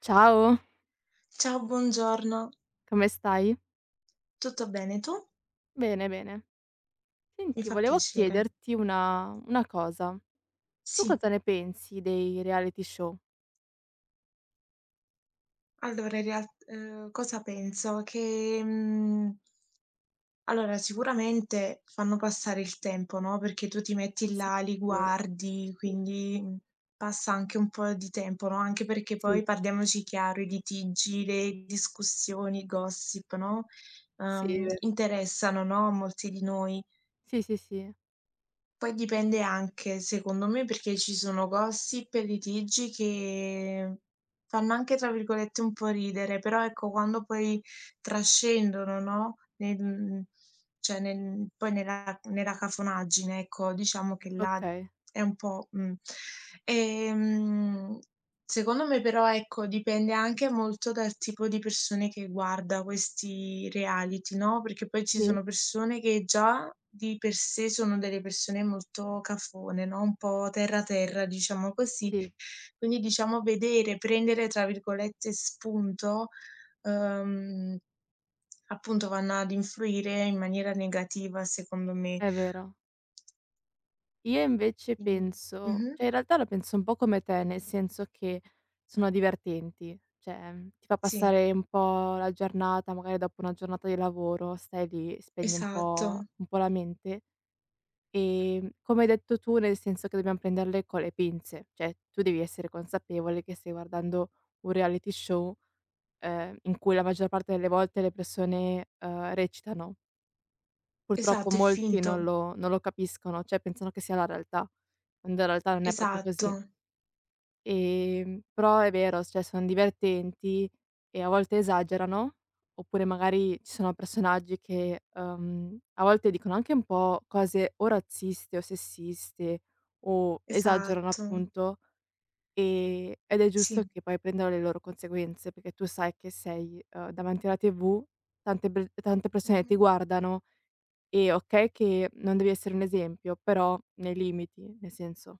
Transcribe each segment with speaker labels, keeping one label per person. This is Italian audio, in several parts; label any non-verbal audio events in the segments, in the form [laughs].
Speaker 1: Ciao,
Speaker 2: Ciao, buongiorno.
Speaker 1: come stai?
Speaker 2: Tutto bene tu?
Speaker 1: Bene, bene.
Speaker 2: Mi
Speaker 1: Senti,
Speaker 2: fa
Speaker 1: volevo
Speaker 2: piacere.
Speaker 1: chiederti una cosa. Tu
Speaker 2: Sì,
Speaker 1: cosa ne pensi dei reality show?
Speaker 2: allora, in real cosa penso? Allora sicuramente fanno passare il tempo, no, perché tu ti metti
Speaker 1: Sì,
Speaker 2: là, li
Speaker 1: è vero.
Speaker 2: guardi,
Speaker 1: Mh,
Speaker 2: quindi, passa anche un po' di tempo, no, anche perché
Speaker 1: sì,
Speaker 2: poi parliamoci chiaro, i litigi, le discussioni, i gossip, no,
Speaker 1: sì, è vero.
Speaker 2: interessano, no, a molti di noi.
Speaker 1: Sì, sì, sì.
Speaker 2: Poi dipende anche, secondo me, perché ci sono gossip e litigi che fanno anche, tra virgolette, un po' ridere, però ecco quando poi trascendono, no, nel mhmm, cioè nel poi nella nella cafonaggine, ecco, diciamo che là
Speaker 1: Okay.
Speaker 2: è un po' Ehm Secondo me però, ecco, dipende anche molto dal tipo di persone che guarda questi reality, no, perché poi ci
Speaker 1: Sì,
Speaker 2: sono persone che già di per sé sono delle persone molto cafone, no, un po' terra terra, diciamo così.
Speaker 1: sì,
Speaker 2: Quindi diciamo vedere, prendere tra virgolette "spunto", uhm, appunto vanno ad influire in maniera negativa secondo me.
Speaker 1: è vero. Io invece
Speaker 2: Mh.
Speaker 1: penso
Speaker 2: Mh-mh.
Speaker 1: cioè in realtà la penso un po' come te, nel senso che sono divertenti, cioè, ti fa
Speaker 2: Sì,
Speaker 1: passare un po' la giornata, magari dopo una giornata di lavoro stai lì, spegni un po'
Speaker 2: esatto.
Speaker 1: un po' la mente. Come hai detto tu, nel senso che dobbiamo prenderle con le pinze, cioè tu devi essere consapevole che stai guardando un reality show, in cui la maggior parte delle volte le persone, recitano. Purtroppo
Speaker 2: Esatto, è
Speaker 1: molti non
Speaker 2: finto.
Speaker 1: lo non lo capiscono, cioè pensano che sia la realtà, quando in realtà non è proprio
Speaker 2: Esatto.
Speaker 1: così. Però è vero, cioè son divertenti e a volte esagerano, oppure magari ci sono personaggi che, a volte dicono anche un po' cose o razziste o sessiste o esagerano
Speaker 2: Esatto,
Speaker 1: appunto, ed è giusto
Speaker 2: sì.
Speaker 1: che poi prendano le loro conseguenze, perché tu sai che sei, davanti alla TV, tante per tante persone
Speaker 2: Mh-mh.
Speaker 1: ti guardano e okay che non devi essere un esempio, però nei limiti, nel senso.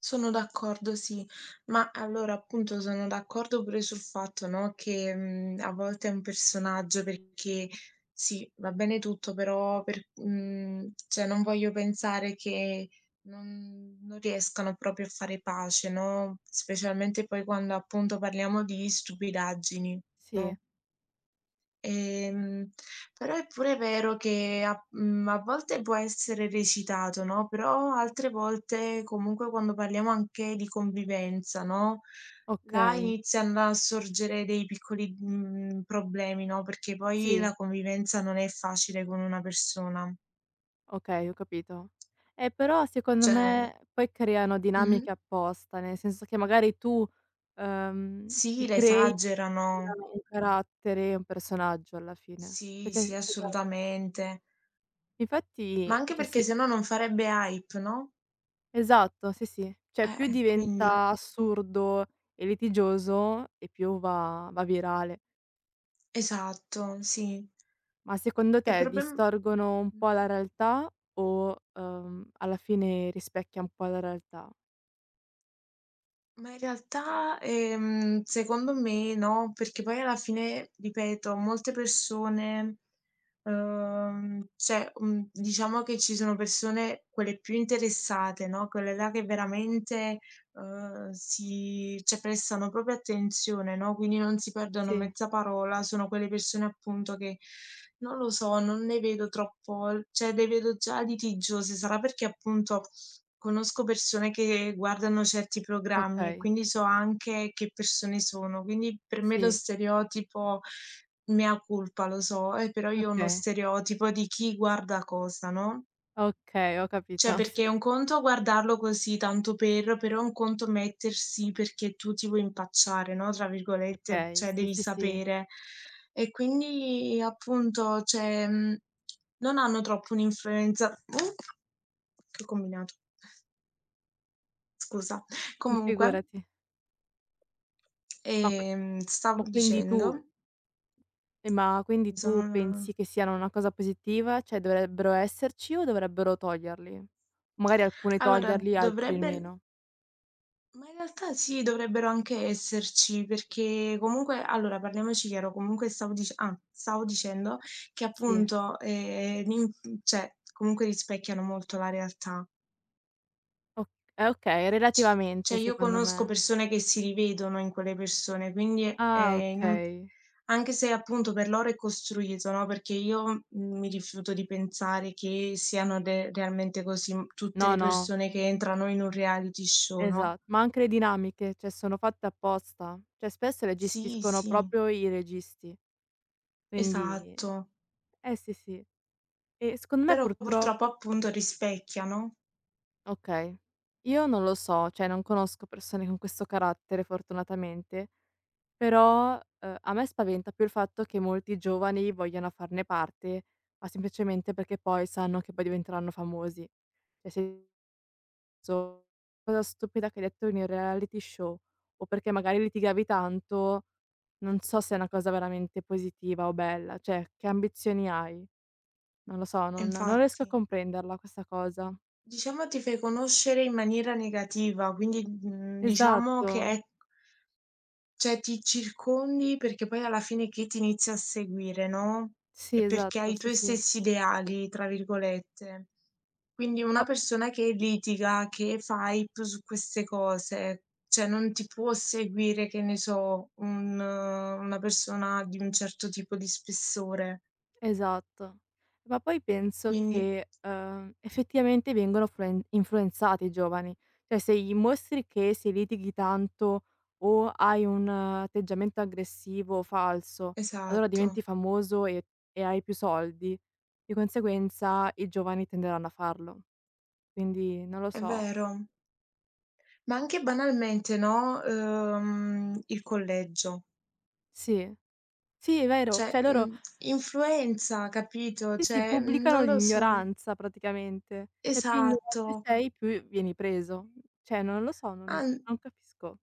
Speaker 2: Sono d'accordo, sì. Ma allora appunto sono d'accordo pure sul fatto, no, che, a volte è un personaggio perché sì, va bene tutto, però cioè non voglio pensare che non riescano proprio a fare pace, no, specialmente poi quando appunto parliamo di stupidaggini,
Speaker 1: Sì,
Speaker 2: no? Ehm, Però è pure vero che a volte può essere recitato, no, però altre volte comunque quando parliamo anche di convivenza, no, là
Speaker 1: okay,
Speaker 2: iniziano a sorgere dei piccoli, problemi, no, perché poi la
Speaker 1: sì.
Speaker 2: convivenza non è facile con una persona.
Speaker 1: Okay, ho capito. Però secondo
Speaker 2: Cioè,
Speaker 1: me poi creano
Speaker 2: mh-mh.
Speaker 1: dinamiche apposta, nel senso che magari tu,
Speaker 2: Sì,
Speaker 1: ti
Speaker 2: la
Speaker 1: crei
Speaker 2: esagerano.
Speaker 1: una un carattere, un personaggio alla fine.
Speaker 2: Sì, sì,
Speaker 1: Perché esatto.
Speaker 2: assolutamente. Ma
Speaker 1: Infatti
Speaker 2: anche
Speaker 1: cioè
Speaker 2: perché
Speaker 1: se
Speaker 2: se no non farebbe hype, no?
Speaker 1: esatto, sì, sì. Cioè più
Speaker 2: Quindi
Speaker 1: diventa assurdo e litigioso e più va virale.
Speaker 2: esatto, sì.
Speaker 1: Ma secondo
Speaker 2: E
Speaker 1: te
Speaker 2: problem
Speaker 1: distorgono un po'
Speaker 2: Mh-mh.
Speaker 1: la realtà o, alla fine rispecchia un po' la realtà?
Speaker 2: Ma in realtà, secondo me no, perché poi alla fine, ripeto, molte persone, cioè, diciamo che ci sono persone, quelle più interessate, no, quelle là che veramente, si, cioè, prestano proprio attenzione, no, quindi non si perdono
Speaker 1: Sì,
Speaker 2: mezza parola, sono quelle persone appunto che, non lo so, non ne vedo troppo l cioè le vedo già litigiose, sarà perché appunto conosco persone che guardano certi programmi e
Speaker 1: okay.
Speaker 2: quindi so anche che persone sono, quindi per me lo
Speaker 1: Sì,
Speaker 2: stereotipo, mea culpa, lo so, però io ho uno
Speaker 1: okay.
Speaker 2: stereotipo di chi guarda cosa, no,
Speaker 1: Okay, ho
Speaker 2: cioè
Speaker 1: capito. Sì,
Speaker 2: perché è un conto guardarlo così tanto per, però è un conto mettersi perché tu ti vuoi "impacciare", no, tra virgolette,
Speaker 1: okay.
Speaker 2: cioè
Speaker 1: Sì,
Speaker 2: devi
Speaker 1: sì, sì,
Speaker 2: sapere. E quindi appunto, cioè, non hanno troppo un'influenza che ho combinato. Scusa. Comunque,
Speaker 1: figurati. Ma qui ma
Speaker 2: stavo
Speaker 1: quindi tu
Speaker 2: dicendo,
Speaker 1: ma quindi
Speaker 2: mi
Speaker 1: tu
Speaker 2: sono
Speaker 1: pensi che siano una cosa positiva? Cioè dovrebbero esserci o dovrebbero toglierli? Magari alcuni
Speaker 2: allora
Speaker 1: toglierli, altri
Speaker 2: dovrebbe
Speaker 1: meno.
Speaker 2: ma in realtà sì, dovrebbero anche esserci, perché comunque allora parliamoci chiaro, comunque stavo dicendo che
Speaker 1: Sì,
Speaker 2: appunto, cioè comunque rispecchiano molto la realtà.
Speaker 1: o okay,
Speaker 2: Cioè
Speaker 1: relativamente
Speaker 2: io
Speaker 1: secondo
Speaker 2: conosco
Speaker 1: me.
Speaker 2: persone che si rivedono in quelle persone, quindi è
Speaker 1: Ah,
Speaker 2: inu
Speaker 1: okay.
Speaker 2: anche se appunto per loro è costruito, no, perché io mi rifiuto di pensare che siano de realmente così m tutte le
Speaker 1: No, no,
Speaker 2: persone che entrano in un reality show, no?
Speaker 1: esa ma anche le dinamiche, cioè sono fatte apposta. Cioè spesso le
Speaker 2: Sì,
Speaker 1: gestiscono
Speaker 2: sì,
Speaker 1: proprio i registi, quindi
Speaker 2: esatto.
Speaker 1: eh sì, sì. E secondo me.
Speaker 2: Però
Speaker 1: Purtro
Speaker 2: purtroppo appunto rispecchiano.
Speaker 1: Okay. Io non lo so, cioè non conosco persone con questo carattere fortunatamente, però, a me spaventa più il fatto che molti giovani vogliano farne parte, ma semplicemente perché poi sanno che poi diventeranno famosi. Cioè senso, cosa stupida che hai detto in un reality show, o perché magari litigavi tanto, non so se è una cosa veramente positiva o bella, cioè che ambizioni hai? Non lo so,
Speaker 2: E
Speaker 1: non riesco a
Speaker 2: infatti.
Speaker 1: comprenderla questa cosa.
Speaker 2: Diciamo ti fai conoscere in maniera negativa, quindi, mhmm, diciamo che
Speaker 1: Esatto.
Speaker 2: è cioè ti circondi perché poi alla fine chi ti inizia a seguire, no,
Speaker 1: Sì,
Speaker 2: e perché hai
Speaker 1: esatto,
Speaker 2: i
Speaker 1: sì,
Speaker 2: tuoi
Speaker 1: sì.
Speaker 2: stessi "ideali" tra virgolette. Quindi una
Speaker 1: Ah,
Speaker 2: persona che litiga, che fa hype su queste cose, cioè non ti può seguire, che ne so, un una persona di un certo tipo di spessore.
Speaker 1: esatto. Ma poi penso
Speaker 2: Quindi
Speaker 1: che, effettivamente vengono fluen influenzati i giovani. Cioè, se gli mostri che se litighi tanto o hai un atteggiamento aggressivo o falso, allora
Speaker 2: esatto,
Speaker 1: diventi famoso e hai più soldi. Di conseguenza i giovani tenderanno a farlo. Quindi non lo
Speaker 2: è
Speaker 1: so.
Speaker 2: vero. Ma anche banalmente, no, il collegio.
Speaker 1: Sì, sì è vero.
Speaker 2: Cioè,
Speaker 1: Cioè loro
Speaker 2: influenza, capito,
Speaker 1: sì, sì,
Speaker 2: cioè,
Speaker 1: pubblicano
Speaker 2: non lo so.
Speaker 1: l'ignoranza praticamente. Cioè più
Speaker 2: Esatto,
Speaker 1: ignorante sei, più vieni preso. Cioè non lo so, non
Speaker 2: an
Speaker 1: non capisco.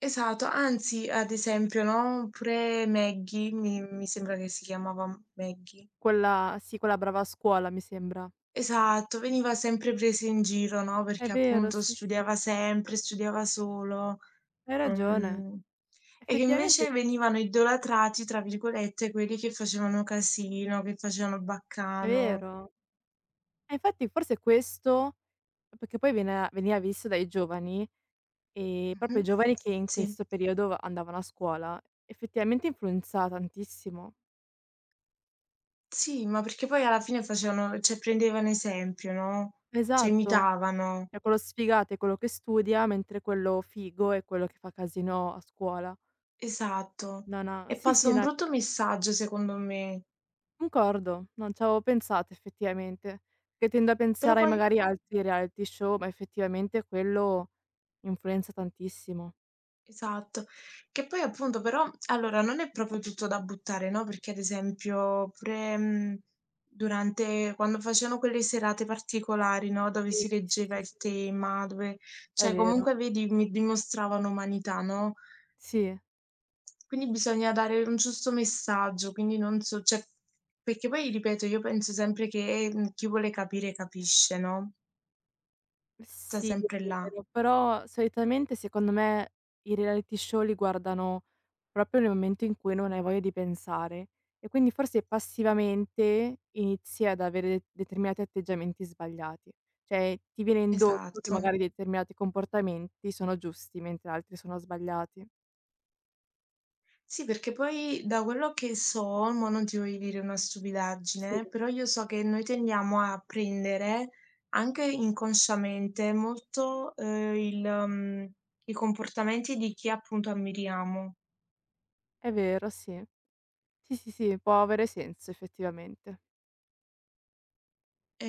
Speaker 2: esatto, anzi, ad esempio, no, pure Maggie, mi sembra che si chiamava Maggie.
Speaker 1: Quella sì, quella "Brava a scuola" mi sembra.
Speaker 2: Esatto, veniva sempre presa in giro, no,
Speaker 1: È
Speaker 2: perché
Speaker 1: vero,
Speaker 2: appunto
Speaker 1: sì, sì,
Speaker 2: studiava sempre, studiava solo,
Speaker 1: hai ragione.
Speaker 2: mhmm, e che
Speaker 1: Effettivamente
Speaker 2: invece venivano "idolatrati", tra virgolette, quelli che facevano casino, che facevano
Speaker 1: è
Speaker 2: baccano.
Speaker 1: vero. E infatti forse questo perché poi viene veniva visto dai giovani, proprio i
Speaker 2: Mh-mh.
Speaker 1: giovani che in
Speaker 2: Sì.
Speaker 1: questo periodo andavano a scuola, effettivamente influenza tantissimo.
Speaker 2: Sì, ma perché poi alla fine facevano, cioè, prendevano esempio, no, cioè
Speaker 1: Esatto.
Speaker 2: imitavano.
Speaker 1: Cioè quello sfigato è quello che studia, mentre quello figo è quello che fa casino a scuola.
Speaker 2: Esatto.
Speaker 1: No, no,
Speaker 2: E
Speaker 1: sì,
Speaker 2: passa
Speaker 1: sì,
Speaker 2: un
Speaker 1: no,
Speaker 2: brutto messaggio secondo me.
Speaker 1: concordo, non ci avevo pensato effettivamente, perché tendo a
Speaker 2: Però
Speaker 1: pensare ai
Speaker 2: poi
Speaker 1: magari altri reality show, ma effettivamente quello influenza tantissimo.
Speaker 2: esatto. Che poi appunto però allora non è proprio tutto da buttare, no, perché ad esempio pure, durante quando facevano quelle serate particolari, no, dove
Speaker 1: Sì,
Speaker 2: si
Speaker 1: sì,
Speaker 2: leggeva
Speaker 1: sì, sì,
Speaker 2: il
Speaker 1: sì,
Speaker 2: tema, dove
Speaker 1: è
Speaker 2: cioè
Speaker 1: vero.
Speaker 2: comunque vedi mi dimostravano umanità, no.
Speaker 1: Sì.
Speaker 2: Quindi bisogna dare un giusto messaggio, quindi non so cioè perché poi ripeto, io penso sempre che, chi vuole capire capisce, no, sta
Speaker 1: Sì, è
Speaker 2: sempre là.
Speaker 1: vero, però solitamente secondo me i reality show li guardano proprio nel momento in cui non hai voglia di pensare e quindi forse passivamente inizi ad avere de determinati atteggiamenti sbagliati. Cioè ti viene indotto che
Speaker 2: Esatto.
Speaker 1: magari determinati comportamenti sono giusti mentre altri sono sbagliati.
Speaker 2: Sì, perché poi da quello che so, mo non ti voglio dire una
Speaker 1: Sì,
Speaker 2: stupidaggine, però io so che noi tendiamo a prendere, anche inconsciamente, molto, i comportamenti di chi appunto ammiriamo.
Speaker 1: è vero, sì. Sì, sì, sì, può avere senso effettivamente.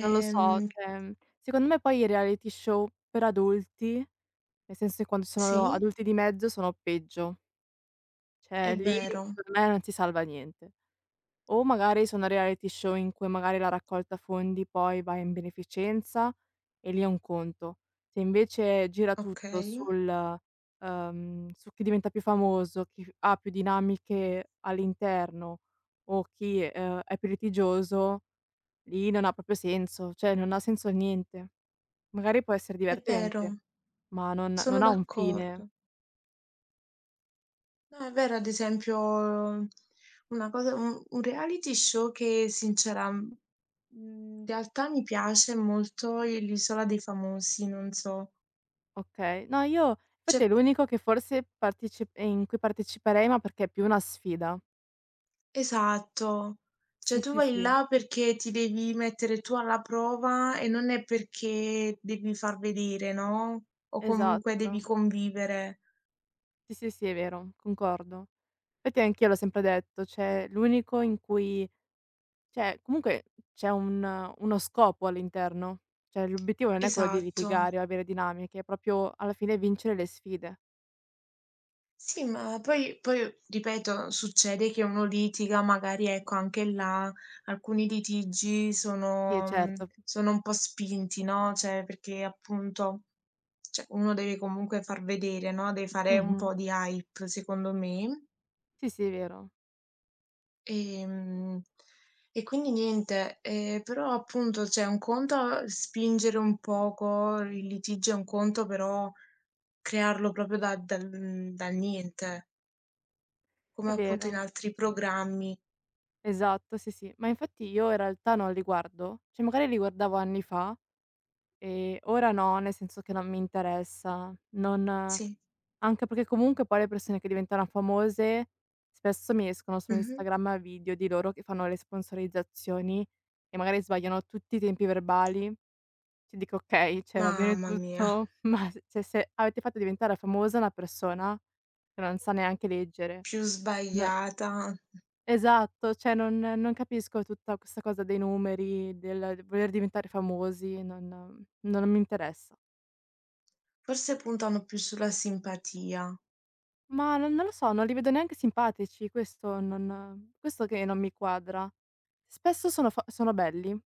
Speaker 1: Non lo so, cioè, secondo me poi i reality show per adulti. Nel senso che quando ci sono
Speaker 2: sì,
Speaker 1: adulti di mezzo sono peggio.
Speaker 2: è
Speaker 1: Cioè lì
Speaker 2: vero,
Speaker 1: secondo me non si salva niente. O magari sono reality show in cui magari la raccolta fondi poi va in beneficenza e lì è un conto. Se invece gira tutto
Speaker 2: okay,
Speaker 1: sul su chi diventa più famoso, chi f ha più dinamiche all'interno o chi, è più litigioso, lì non ha proprio senso, cioè non ha senso niente. Magari può essere
Speaker 2: è
Speaker 1: divertente,
Speaker 2: vero.
Speaker 1: ma non
Speaker 2: Sono
Speaker 1: ha un fine.
Speaker 2: d'accordo. No, è vero, ad esempio, una cosa un reality show che in realtà mi piace molto i l'Isola dei famosi, non so.
Speaker 1: Okay. No, io
Speaker 2: Cioè
Speaker 1: infatti è l'unico che forse partecip in cui parteciperei, ma perché è più una sfida.
Speaker 2: esatto. Cioè
Speaker 1: Sì,
Speaker 2: tu
Speaker 1: sì,
Speaker 2: vai
Speaker 1: sì,
Speaker 2: là perché ti devi mettere tu alla prova e non è perché devi far vedere, no, o comunque devi
Speaker 1: esatto.
Speaker 2: convivere.
Speaker 1: Sì, sì, sì, è vero, concordo. Infatti anch'io l'ho sempre detto, cioè l'unico in cui cioè comunque c'è un uno scopo all'interno. Cioè l'obiettivo non è quello di
Speaker 2: Esatto.
Speaker 1: litigare o avere dinamiche, è proprio alla fine vincere le sfide.
Speaker 2: Sì, ma poi ripeto, succede che uno litiga, magari ecco anche là alcuni litigi
Speaker 1: Sì,
Speaker 2: sono mhmm,
Speaker 1: certo.
Speaker 2: sono un po' spinti, no, cioè perché appunto, cioè, uno deve comunque far vedere, no, deve fare un
Speaker 1: Mh-mh.
Speaker 2: po' di hype secondo me.
Speaker 1: Sì, sì, è vero.
Speaker 2: Ehm, e quindi niente, però appunto cioè un conto è spingere un poco il litigio, è un conto però crearlo proprio dal niente. Come
Speaker 1: È
Speaker 2: appunto in
Speaker 1: vero.
Speaker 2: altri programmi.
Speaker 1: Esatto, sì, sì. Ma infatti io in realtà no, li guardo, cioè magari li guardavo anni fa. Ora no, nel senso che non mi interessa. Non
Speaker 2: Sì.
Speaker 1: Anche perché comunque poi le persone che diventano famose spesso mi escono su
Speaker 2: Mh-mh.
Speaker 1: Instagram video di loro che fanno le sponsorizzazioni e magari sbagliano tutti i tempi verbali. Cioè dico: "Okay, cioè va bene
Speaker 2: Mamma mia,
Speaker 1: tutto, [laughs] ma s cioè se avete fatto diventare famosa una persona che non sa neanche leggere".
Speaker 2: più
Speaker 1: No,
Speaker 2: sbagliata.
Speaker 1: esatto, cioè non capisco tutta questa cosa dei numeri, del voler diventare famosi, non mi interessa.
Speaker 2: Forse puntano più sulla simpatia.
Speaker 1: Ma non lo so, non li vedo neanche simpatici, questo non questo che non mi quadra. Spesso sono belli,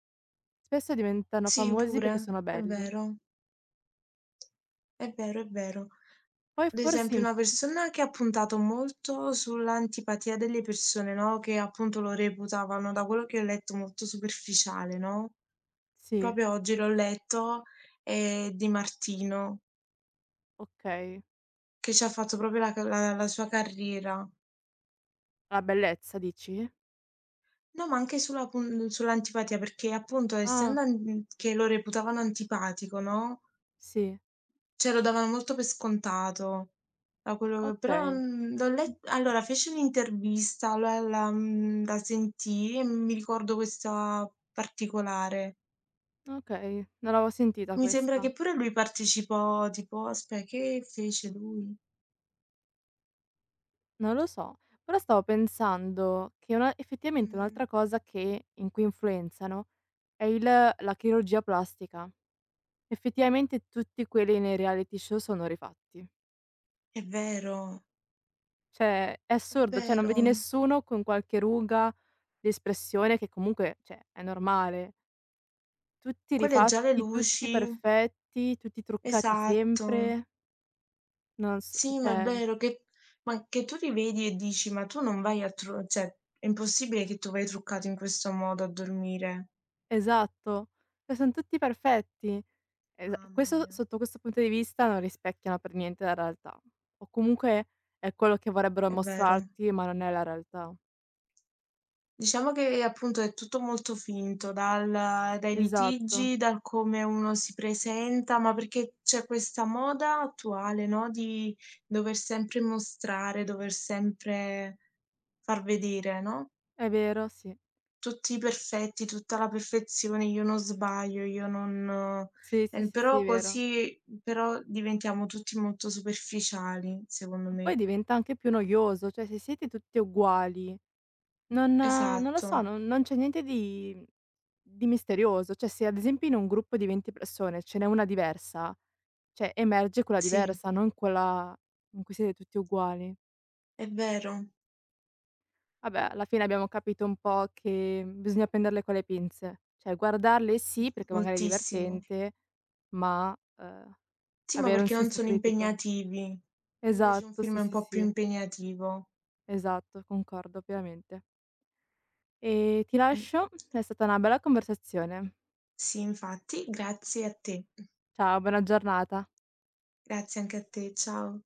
Speaker 1: spesso diventano
Speaker 2: Sì,
Speaker 1: famosi perché
Speaker 2: pure.
Speaker 1: sono
Speaker 2: È
Speaker 1: belli.
Speaker 2: vero, è vero, è vero.
Speaker 1: Poi
Speaker 2: Ad
Speaker 1: forse
Speaker 2: esempio
Speaker 1: in
Speaker 2: una persona che ha puntato molto sull'antipatia delle persone, no, che appunto lo reputavano, da quello che ho letto, molto superficiale, no,
Speaker 1: Sì,
Speaker 2: proprio oggi l'ho letto, è Di Martino,
Speaker 1: okay.
Speaker 2: che ci ha fatto proprio la ca la la sua carriera.
Speaker 1: La bellezza dici?
Speaker 2: No, ma anche sulla pun sull'antipatia, perché appunto
Speaker 1: Ah,
Speaker 2: essendo an che lo reputavano antipatico, no,
Speaker 1: sì,
Speaker 2: cioè lo davano molto per scontato, da quello che però,
Speaker 1: okay.
Speaker 2: mhmm, l'ho
Speaker 1: Mh,
Speaker 2: let allora fece un'intervista, la sentii e mi ricordo questa particolare.
Speaker 1: okay, non l'avevo sentita
Speaker 2: Mi sembra che
Speaker 1: questa.
Speaker 2: pure lui partecipò, tipo, aspe che fece lui?
Speaker 1: Non lo so, però stavo pensando che una effettivamente
Speaker 2: Mh-mh.
Speaker 1: un'altra cosa che in cui influenzano è il la chirurgia plastica. Effettivamente tutti quelli nei reality show sono rifatti.
Speaker 2: È vero,
Speaker 1: Cioè, è
Speaker 2: è
Speaker 1: assurdo, cioè non
Speaker 2: vero.
Speaker 1: vedi nessuno con qualche ruga d'espressione che comunque, cioè, è normale. Tutti
Speaker 2: Quelle già le
Speaker 1: rifatti, tutti
Speaker 2: luci,
Speaker 1: perfetti, tutti truccati
Speaker 2: esatto.
Speaker 1: sempre, non s
Speaker 2: Sì, ma è
Speaker 1: cioè
Speaker 2: vero che tu li vedi e dici: "Ma tu non vai a tru cioè, è impossibile che tu vai truccato in questo modo a dormire."
Speaker 1: esatto, cioè son tutti perfetti. Esa
Speaker 2: Mamma
Speaker 1: questo
Speaker 2: mia.
Speaker 1: Sotto questo punto di vista non rispecchiano per niente la realtà, o comunque è quello che vorrebbero
Speaker 2: È vero.
Speaker 1: mostrarti, ma non è la realtà.
Speaker 2: Diciamo che appunto è tutto molto finto, dal dai
Speaker 1: Esatto,
Speaker 2: litigi, dal come uno si presenta, ma perché c'è questa moda attuale, no, di dover sempre mostrare, dover sempre far vedere, no?
Speaker 1: è vero, sì.
Speaker 2: Tutti perfetti, tutta la perfezione, io non sbaglio, io non
Speaker 1: Sì, sì, sì, sì, è
Speaker 2: però
Speaker 1: vero.
Speaker 2: così però diventiamo tutti molto superficiali, secondo
Speaker 1: Ma poi
Speaker 2: me.
Speaker 1: diventa anche più noioso, cioè se siete tutti uguali, non lo so,
Speaker 2: Esatto,
Speaker 1: non c'è niente di misterioso. Cioè se ad esempio in un gruppo di 20 persone ce n'è una diversa, cioè emerge quella
Speaker 2: sì,
Speaker 1: diversa, non quella in cui siete tutti uguali.
Speaker 2: è vero,
Speaker 1: Vabbè, alla fine abbiamo capito un po' che bisogna prenderle con le pinze. Cioè guardarle sì, perché magari è
Speaker 2: moltissimo.
Speaker 1: divertente, ma,
Speaker 2: Sì, ma
Speaker 1: avere un
Speaker 2: perché non
Speaker 1: senso
Speaker 2: sono
Speaker 1: critico.
Speaker 2: impegnativi. Invece un
Speaker 1: Esatto,
Speaker 2: film
Speaker 1: sì,
Speaker 2: è un
Speaker 1: sì,
Speaker 2: po' più
Speaker 1: sì,
Speaker 2: impegnativo.
Speaker 1: esatto, concordo pienamente. E ti
Speaker 2: Mh.
Speaker 1: lascio, è stata una bella conversazione.
Speaker 2: Sì, infatti, grazie a te.
Speaker 1: Ciao, buona giornata.
Speaker 2: Grazie anche a te, ciao.